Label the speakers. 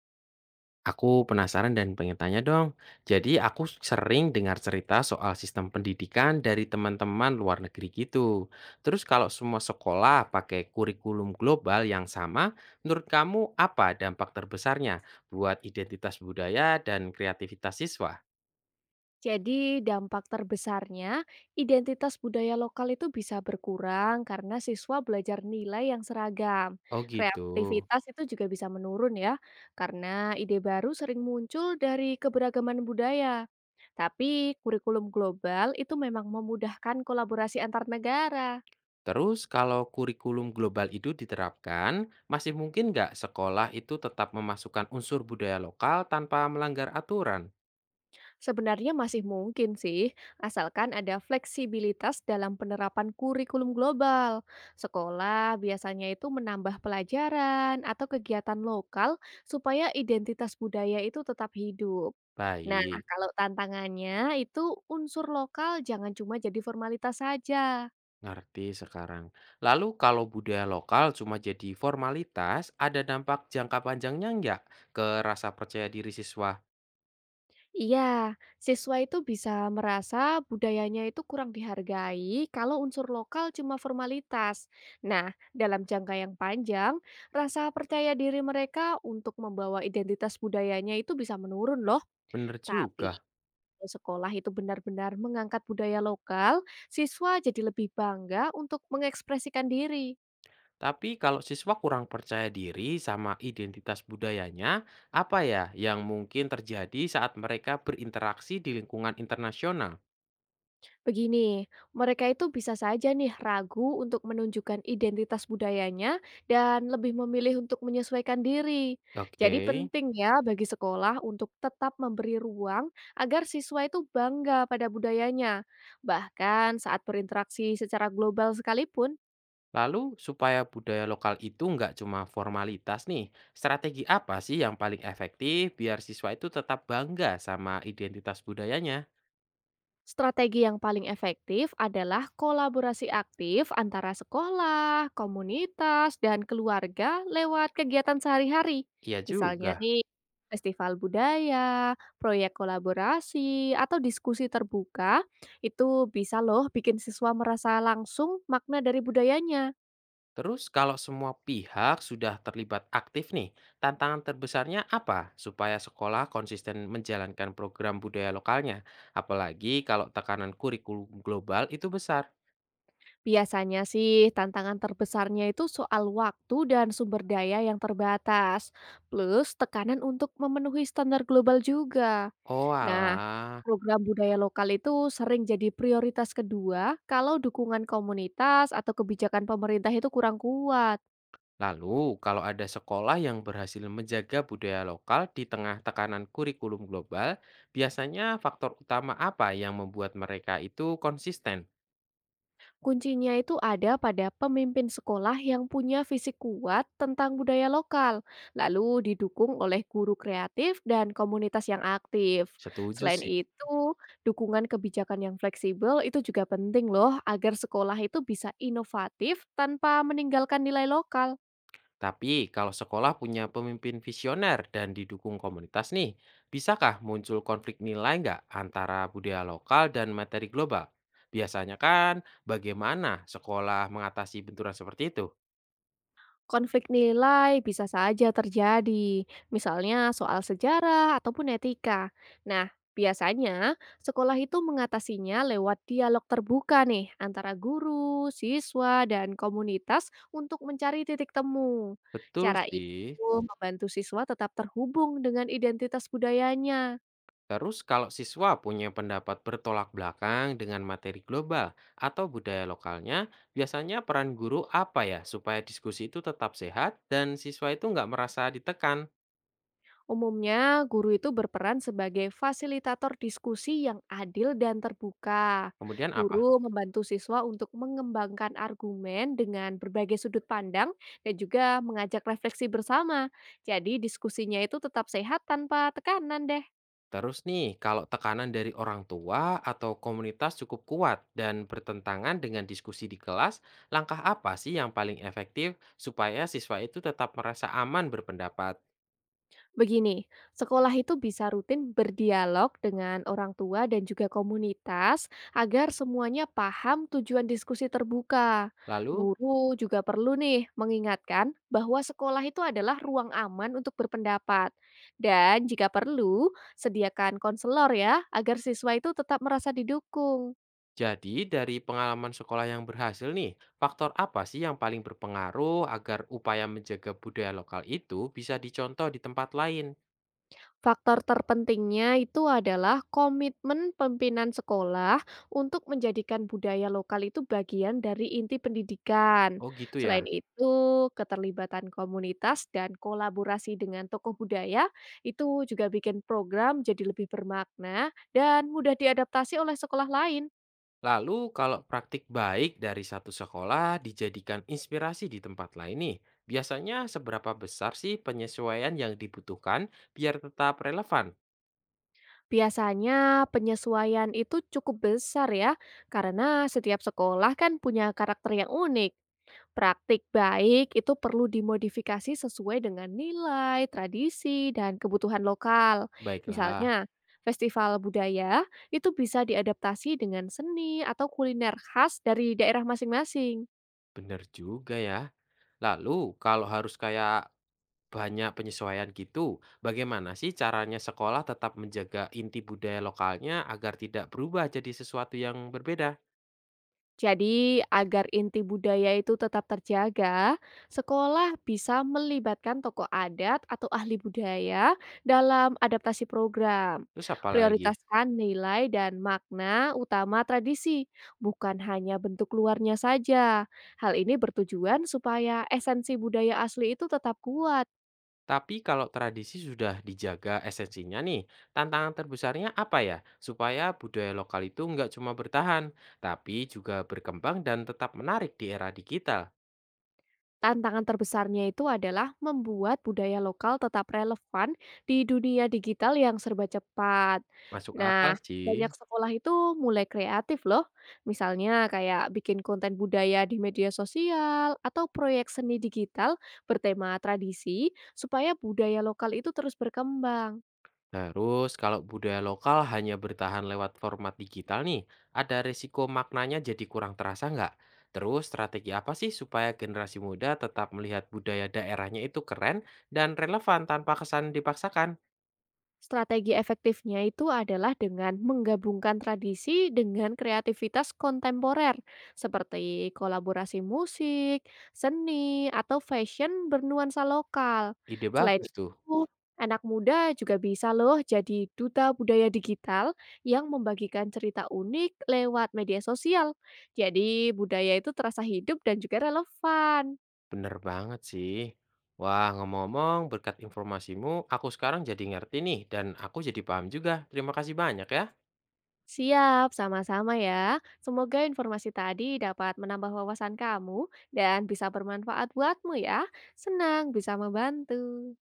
Speaker 1: Aku penasaran dan pengen tanya dong. Jadi aku sering dengar cerita soal sistem pendidikan dari teman-teman luar negeri gitu. Terus kalau semua sekolah pakai kurikulum global yang sama, menurut kamu apa dampak terbesarnya buat identitas budaya dan kreativitas siswa?
Speaker 2: Jadi dampak terbesarnya, identitas budaya lokal itu bisa berkurang karena siswa belajar nilai yang seragam.
Speaker 1: Oh gitu.
Speaker 2: Kreativitas itu juga bisa menurun ya, karena ide baru sering muncul dari keberagaman budaya. Tapi kurikulum global itu memang memudahkan kolaborasi antar negara.
Speaker 1: Terus kalau kurikulum global itu diterapkan, masih mungkin nggak sekolah itu tetap memasukkan unsur budaya lokal tanpa melanggar aturan?
Speaker 2: Sebenarnya masih mungkin sih, asalkan ada fleksibilitas dalam penerapan kurikulum global. Sekolah biasanya itu menambah pelajaran atau kegiatan lokal supaya identitas budaya itu tetap hidup. Nah,
Speaker 1: Baik.
Speaker 2: kalau tantangannya itu unsur lokal jangan cuma jadi formalitas saja.
Speaker 1: Ngerti sekarang. Lalu kalau budaya lokal cuma jadi formalitas, ada dampak jangka panjangnya nggak ke rasa percaya diri siswa?
Speaker 2: Iya, siswa itu bisa merasa budayanya itu kurang dihargai kalau unsur lokal cuma formalitas. Nah, dalam jangka yang panjang, rasa percaya diri mereka untuk membawa identitas budayanya itu bisa menurun loh.
Speaker 1: Bener
Speaker 2: Tapi
Speaker 1: juga.
Speaker 2: kalau sekolah itu benar-benar mengangkat budaya lokal, siswa jadi lebih bangga untuk mengekspresikan diri.
Speaker 1: Tapi kalau siswa kurang percaya diri sama identitas budayanya, apa ya yang mungkin terjadi saat mereka berinteraksi di lingkungan internasional?
Speaker 2: Begini, mereka itu bisa saja nih ragu untuk menunjukkan identitas budayanya dan lebih memilih untuk menyesuaikan diri. Jadi
Speaker 1: Oke.
Speaker 2: penting ya bagi sekolah untuk tetap memberi ruang agar siswa itu bangga pada budayanya. Bahkan saat berinteraksi secara global sekalipun.
Speaker 1: Lalu supaya budaya lokal itu nggak cuma formalitas nih, strategi apa sih yang paling efektif biar siswa itu tetap bangga sama identitas budayanya?
Speaker 2: Strategi yang paling efektif adalah kolaborasi aktif antara sekolah, komunitas, dan keluarga lewat kegiatan sehari-hari.
Speaker 1: Iya
Speaker 2: Misalnya
Speaker 1: juga.
Speaker 2: nih, festival budaya, proyek kolaborasi, atau diskusi terbuka, itu bisa loh bikin siswa merasa langsung makna dari budayanya.
Speaker 1: Terus kalau semua pihak sudah terlibat aktif nih, tantangan terbesarnya apa supaya sekolah konsisten menjalankan program budaya lokalnya? Apalagi kalau tekanan kurikulum global itu besar.
Speaker 2: Biasanya sih tantangan terbesarnya itu soal waktu dan sumber daya yang terbatas, plus tekanan untuk memenuhi standar global juga.
Speaker 1: Oh
Speaker 2: Nah,
Speaker 1: alah.
Speaker 2: program budaya lokal itu sering jadi prioritas kedua kalau dukungan komunitas atau kebijakan pemerintah itu kurang kuat.
Speaker 1: Lalu kalau ada sekolah yang berhasil menjaga budaya lokal di tengah tekanan kurikulum global, biasanya faktor utama apa yang membuat mereka itu konsisten?
Speaker 2: Kuncinya itu ada pada pemimpin sekolah yang punya visi kuat tentang budaya lokal, lalu didukung oleh guru kreatif dan komunitas yang aktif.
Speaker 1: Setuju
Speaker 2: Selain
Speaker 1: sih.
Speaker 2: itu, dukungan kebijakan yang fleksibel itu juga penting loh agar sekolah itu bisa inovatif tanpa meninggalkan nilai lokal.
Speaker 1: Tapi kalau sekolah punya pemimpin visioner dan didukung komunitas nih, bisakah muncul konflik nilai nggak antara budaya lokal dan materi global? Biasanya kan bagaimana sekolah mengatasi benturan seperti itu?
Speaker 2: Konflik nilai bisa saja terjadi, misalnya soal sejarah ataupun etika. Nah, biasanya sekolah itu mengatasinya lewat dialog terbuka nih antara guru, siswa, dan komunitas untuk mencari titik temu.
Speaker 1: Betul
Speaker 2: Cara itu
Speaker 1: sih.
Speaker 2: membantu siswa tetap terhubung dengan identitas budayanya.
Speaker 1: Terus kalau siswa punya pendapat bertolak belakang dengan materi global atau budaya lokalnya, biasanya peran guru apa ya supaya diskusi itu tetap sehat dan siswa itu nggak merasa ditekan?
Speaker 2: Umumnya, guru itu berperan sebagai fasilitator diskusi yang adil dan terbuka.
Speaker 1: Kemudian apa?
Speaker 2: Guru membantu siswa untuk mengembangkan argumen dengan berbagai sudut pandang dan juga mengajak refleksi bersama. Jadi, diskusinya itu tetap sehat tanpa tekanan deh.
Speaker 1: Terus nih, kalau tekanan dari orang tua atau komunitas cukup kuat dan bertentangan dengan diskusi di kelas, langkah apa sih yang paling efektif supaya siswa itu tetap merasa aman berpendapat?
Speaker 2: Begini, sekolah itu bisa rutin berdialog dengan orang tua dan juga komunitas agar semuanya paham tujuan diskusi terbuka.
Speaker 1: Lalu,
Speaker 2: Guru juga perlu nih mengingatkan bahwa sekolah itu adalah ruang aman untuk berpendapat. Dan jika perlu, sediakan konselor ya agar siswa itu tetap merasa didukung.
Speaker 1: jadi dari pengalaman sekolah yang berhasil nih, faktor apa sih yang paling berpengaruh agar upaya menjaga budaya lokal itu bisa dicontoh di tempat lain?
Speaker 2: Faktor terpentingnya itu adalah komitmen pimpinan sekolah untuk menjadikan budaya lokal itu bagian dari inti pendidikan.
Speaker 1: Oh gitu
Speaker 2: Selain
Speaker 1: ya.
Speaker 2: itu, keterlibatan komunitas dan kolaborasi dengan tokoh budaya itu juga bikin program jadi lebih bermakna dan mudah diadaptasi oleh sekolah lain.
Speaker 1: Lalu kalau praktik baik dari satu sekolah dijadikan inspirasi di tempat lain nih, biasanya seberapa besar sih penyesuaian yang dibutuhkan biar tetap relevan?
Speaker 2: Biasanya penyesuaian itu cukup besar ya, karena setiap sekolah kan punya karakter yang unik. Praktik baik itu perlu dimodifikasi sesuai dengan nilai, tradisi, dan kebutuhan lokal.
Speaker 1: Baiklah,
Speaker 2: Misalnya, festival budaya itu bisa diadaptasi dengan seni atau kuliner khas dari daerah masing-masing.
Speaker 1: benar juga ya. Lalu kalau harus banyak penyesuaian gitu, bagaimana sih caranya sekolah tetap menjaga inti budaya lokalnya agar tidak berubah jadi sesuatu yang berbeda?
Speaker 2: Jadi, agar inti budaya itu tetap terjaga, sekolah bisa melibatkan tokoh adat atau ahli budaya dalam adaptasi program.
Speaker 1: Terus apa lagi?
Speaker 2: Prioritaskan nilai dan makna utama tradisi, bukan hanya bentuk luarnya saja. Hal ini bertujuan supaya esensi budaya asli itu tetap kuat.
Speaker 1: Tapi kalau tradisi sudah dijaga esensinya nih, tantangan terbesarnya apa ya? Supaya budaya lokal itu nggak cuma bertahan, tapi juga berkembang dan tetap menarik di era digital.
Speaker 2: Tantangan terbesarnya itu adalah membuat budaya lokal tetap relevan di dunia digital yang serba cepat.
Speaker 1: Masuk akal
Speaker 2: Nah,
Speaker 1: sih.
Speaker 2: banyak sekolah itu mulai kreatif loh. Misalnya kayak bikin konten budaya di media sosial atau proyek seni digital bertema tradisi supaya budaya lokal itu terus berkembang.
Speaker 1: Terus kalau budaya lokal hanya bertahan lewat format digital nih, ada risiko maknanya jadi kurang terasa nggak? Terus strategi apa sih supaya generasi muda tetap melihat budaya daerahnya itu keren dan relevan tanpa kesan dipaksakan?
Speaker 2: Strategi efektifnya itu adalah dengan menggabungkan tradisi dengan kreativitas kontemporer, seperti kolaborasi musik, seni, atau fashion bernuansa lokal.
Speaker 1: Ide
Speaker 2: Selain
Speaker 1: bagus tuh.
Speaker 2: itu, anak muda juga bisa loh jadi duta budaya digital yang membagikan cerita unik lewat media sosial. Jadi budaya itu terasa hidup dan juga relevan.
Speaker 1: Bener banget sih. Wah, ngomong-ngomong, berkat informasimu, aku sekarang jadi ngerti nih, dan aku jadi paham juga. Terima kasih banyak ya.
Speaker 2: Siap, sama-sama ya. Semoga informasi tadi dapat menambah wawasan kamu dan bisa bermanfaat buatmu ya. Senang bisa membantu.